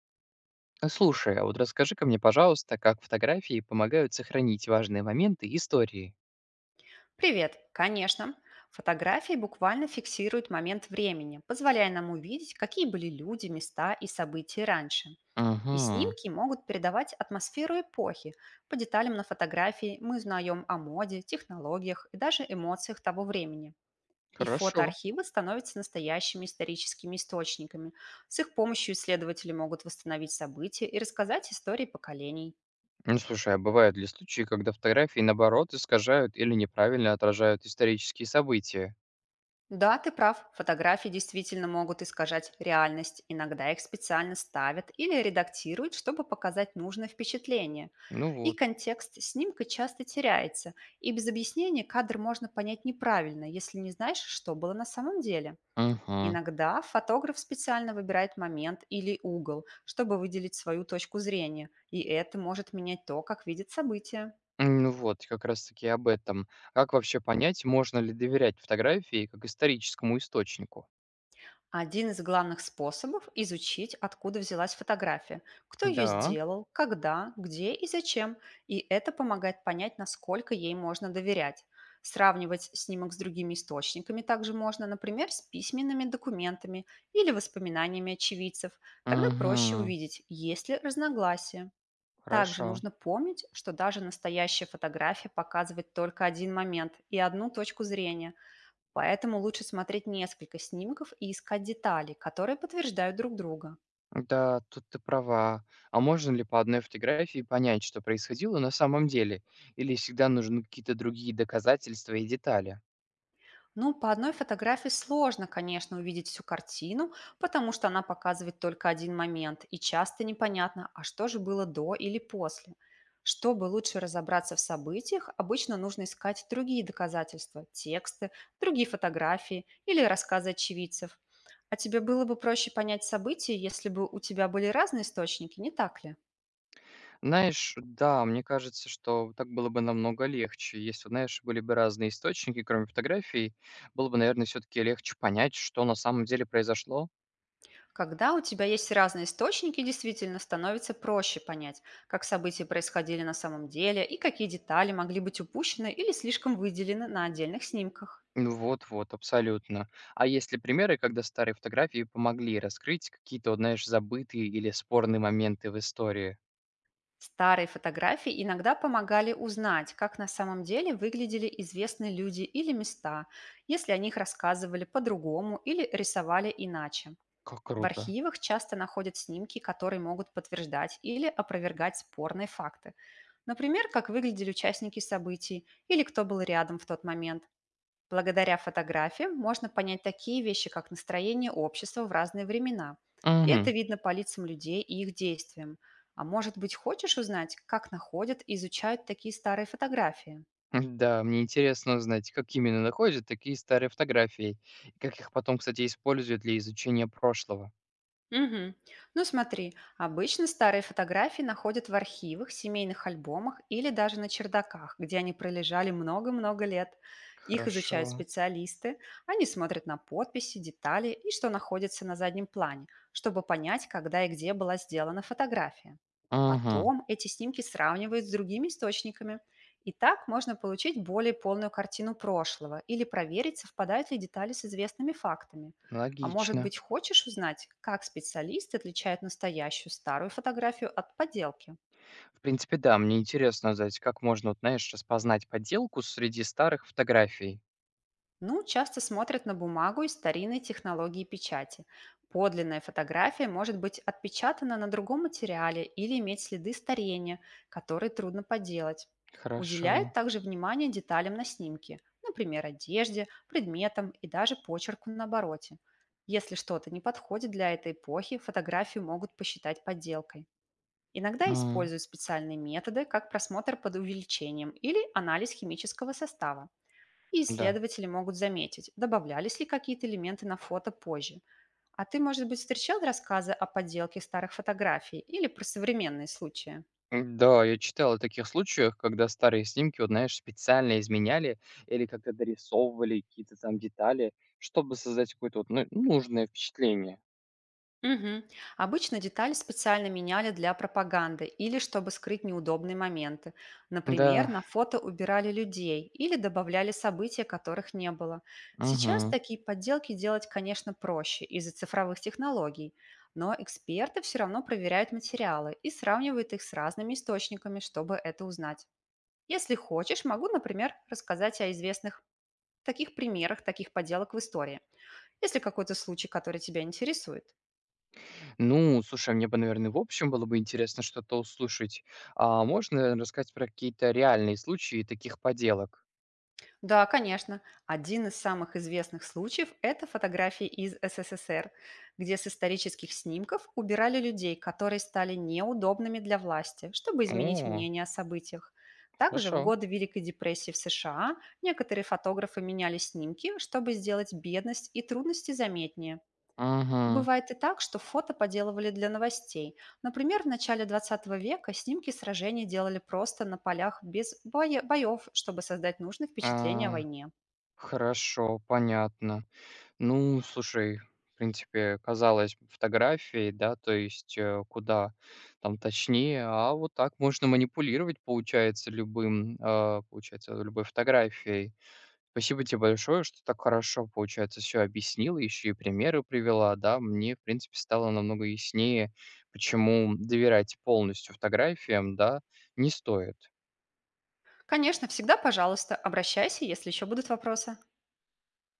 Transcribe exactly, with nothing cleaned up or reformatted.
А, слушай, а вот расскажи-ка мне, пожалуйста, как фотографии помогают сохранить важные моменты истории? Привет! Конечно. Фотографии буквально фиксируют момент времени, позволяя нам увидеть, какие были люди, места и события раньше. И Угу, снимки могут передавать атмосферу эпохи. По деталям на фотографии мы узнаем о моде, технологиях и даже эмоциях того времени. И хорошо. фотоархивы становятся настоящими историческими источниками. С их помощью исследователи могут восстановить события и рассказать истории поколений. Ну, слушай, а бывают ли случаи, когда фотографии, наоборот, искажают или неправильно отражают исторические события? Да, ты прав, фотографии действительно могут искажать реальность. Иногда их специально ставят или редактируют, чтобы показать нужное впечатление. Ну И вот. контекст снимка часто теряется, и без объяснения кадр можно понять неправильно, если не знаешь, что было на самом деле. Угу. Иногда фотограф специально выбирает момент или угол, чтобы выделить свою точку зрения, и это может менять то, как видит события. Ну вот, как раз-таки об этом. Как вообще понять, можно ли доверять фотографии как историческому источнику? Один из главных способов– изучить, откуда взялась фотография, кто ее Да. сделал, когда, где и зачем. И это помогает понять, насколько ей можно доверять. Сравнивать снимок с другими источниками также можно, например, с письменными документами или воспоминаниями очевидцев. Тогда проще Угу. увидеть, есть ли разногласия. Также Хорошо. нужно помнить, что даже настоящая фотография показывает только один момент и одну точку зрения. Поэтому лучше смотреть несколько снимков и искать детали, которые подтверждают друг друга. Да, тут ты права. А можно ли по одной фотографии понять, что происходило на самом деле? Или всегда нужны какие-то другие доказательства и детали? Ну, по одной фотографии сложно, конечно, увидеть всю картину, потому что она показывает только один момент, и часто непонятно, а что же было до или после. Чтобы лучше разобраться в событиях, обычно нужно искать другие доказательства, тексты, другие фотографии или рассказы очевидцев. А тебе было бы проще понять события, если бы у тебя были разные источники, не так ли? Знаешь, да, мне кажется, что так было бы намного легче. Если, знаешь, были бы разные источники, кроме фотографий, было бы, наверное, все-таки легче понять, что на самом деле произошло. Когда у тебя есть разные источники, действительно становится проще понять, как события происходили на самом деле и какие детали могли быть упущены или слишком выделены на отдельных снимках. Ну вот-вот, абсолютно. А есть ли примеры, когда старые фотографии помогли раскрыть какие-то, вот, знаешь, забытые или спорные моменты в истории? Старые фотографии иногда помогали узнать, как на самом деле выглядели известные люди или места, если о них рассказывали по-другому или рисовали иначе. Как В круто. архивах часто находят снимки, которые могут подтверждать или опровергать спорные факты. Например, как выглядели участники событий или кто был рядом в тот момент. Благодаря фотографиям можно понять такие вещи, как настроение общества в разные времена. И это Угу. видно по лицам людей и их действиям. А может быть, хочешь узнать, как находят и изучают такие старые фотографии? Да, мне интересно узнать, как именно находят такие старые фотографии, и как их потом, кстати, используют для изучения прошлого. Мгм. Ну смотри, обычно старые фотографии находят в архивах, семейных альбомах или даже на чердаках, где они пролежали много-много лет. Их изучают Хорошо. специалисты, они смотрят на подписи, детали и что находится на заднем плане, чтобы понять, когда и где была сделана фотография. Ага, Потом эти снимки сравнивают с другими источниками. И так можно получить более полную картину прошлого или проверить, совпадают ли детали с известными фактами. А может логично. быть, хочешь узнать, как специалисты отличают настоящую старую фотографию от подделки? В принципе, да, мне интересно узнать, как можно, вот, знаешь, распознать подделку среди старых фотографий. Ну, часто смотрят на бумагу и старинные технологии печати. Подлинная фотография может быть отпечатана на другом материале или иметь следы старения, которые трудно подделать. Хорошо. Уделяют также внимание деталям на снимке, например, одежде, предметам и даже почерку на обороте. Если что-то не подходит для этой эпохи, фотографию могут посчитать подделкой. Иногда М, используют специальные методы, как просмотр под увеличением или анализ химического состава. И да. исследователи могут заметить, добавлялись ли какие-то элементы на фото позже. А ты, может быть, встречал рассказы о подделке старых фотографий или про современные случаи? М, да, я читал о таких случаях, когда старые снимки, вот, знаешь, специально изменяли или как-то дорисовывали какие-то там детали, чтобы создать какое-то вот, ну, нужное впечатление. Мгм. Обычно детали специально меняли для пропаганды или чтобы скрыть неудобные моменты. Например, Да, на фото убирали людей или добавляли события, которых не было. Сейчас угу. такие подделки делать, конечно, проще из-за цифровых технологий, но эксперты все равно проверяют материалы и сравнивают их с разными источниками, чтобы это узнать. Если хочешь, могу, например, рассказать о известных таких примерах таких подделок в истории, если какой-то случай, который тебя интересует. Ну, слушай, мне бы, наверное, в общем было бы интересно что-то услышать. А можно, рассказать про какие-то реальные случаи таких поделок? Да, конечно. Один из самых известных случаев– это фотографии из СССР, где с исторических снимков убирали людей, которые стали неудобными для власти, чтобы изменить О, мнение о событиях. Также в хорошо. годы Великой депрессии в США некоторые фотографы меняли снимки, чтобы сделать бедность и трудности заметнее. Мгм. Бывает и так, что фото поделывали для новостей. Например, в начале двадцатого века снимки сражений делали просто на полях без боя- боев, чтобы создать нужное впечатление о А, войне. хорошо, понятно. Ну, слушай, в принципе, казалось бы, фотографии, да, то есть, э, куда там точнее, а вот так можно манипулировать, получается, любым, а, получается, любой фотографией. Спасибо тебе большое, что так хорошо, получается, все объяснила, еще и примеры привела, да. Мне, в принципе, стало намного яснее, почему доверять полностью фотографиям, да, не стоит. Конечно, всегда, пожалуйста, обращайся, если еще будут вопросы.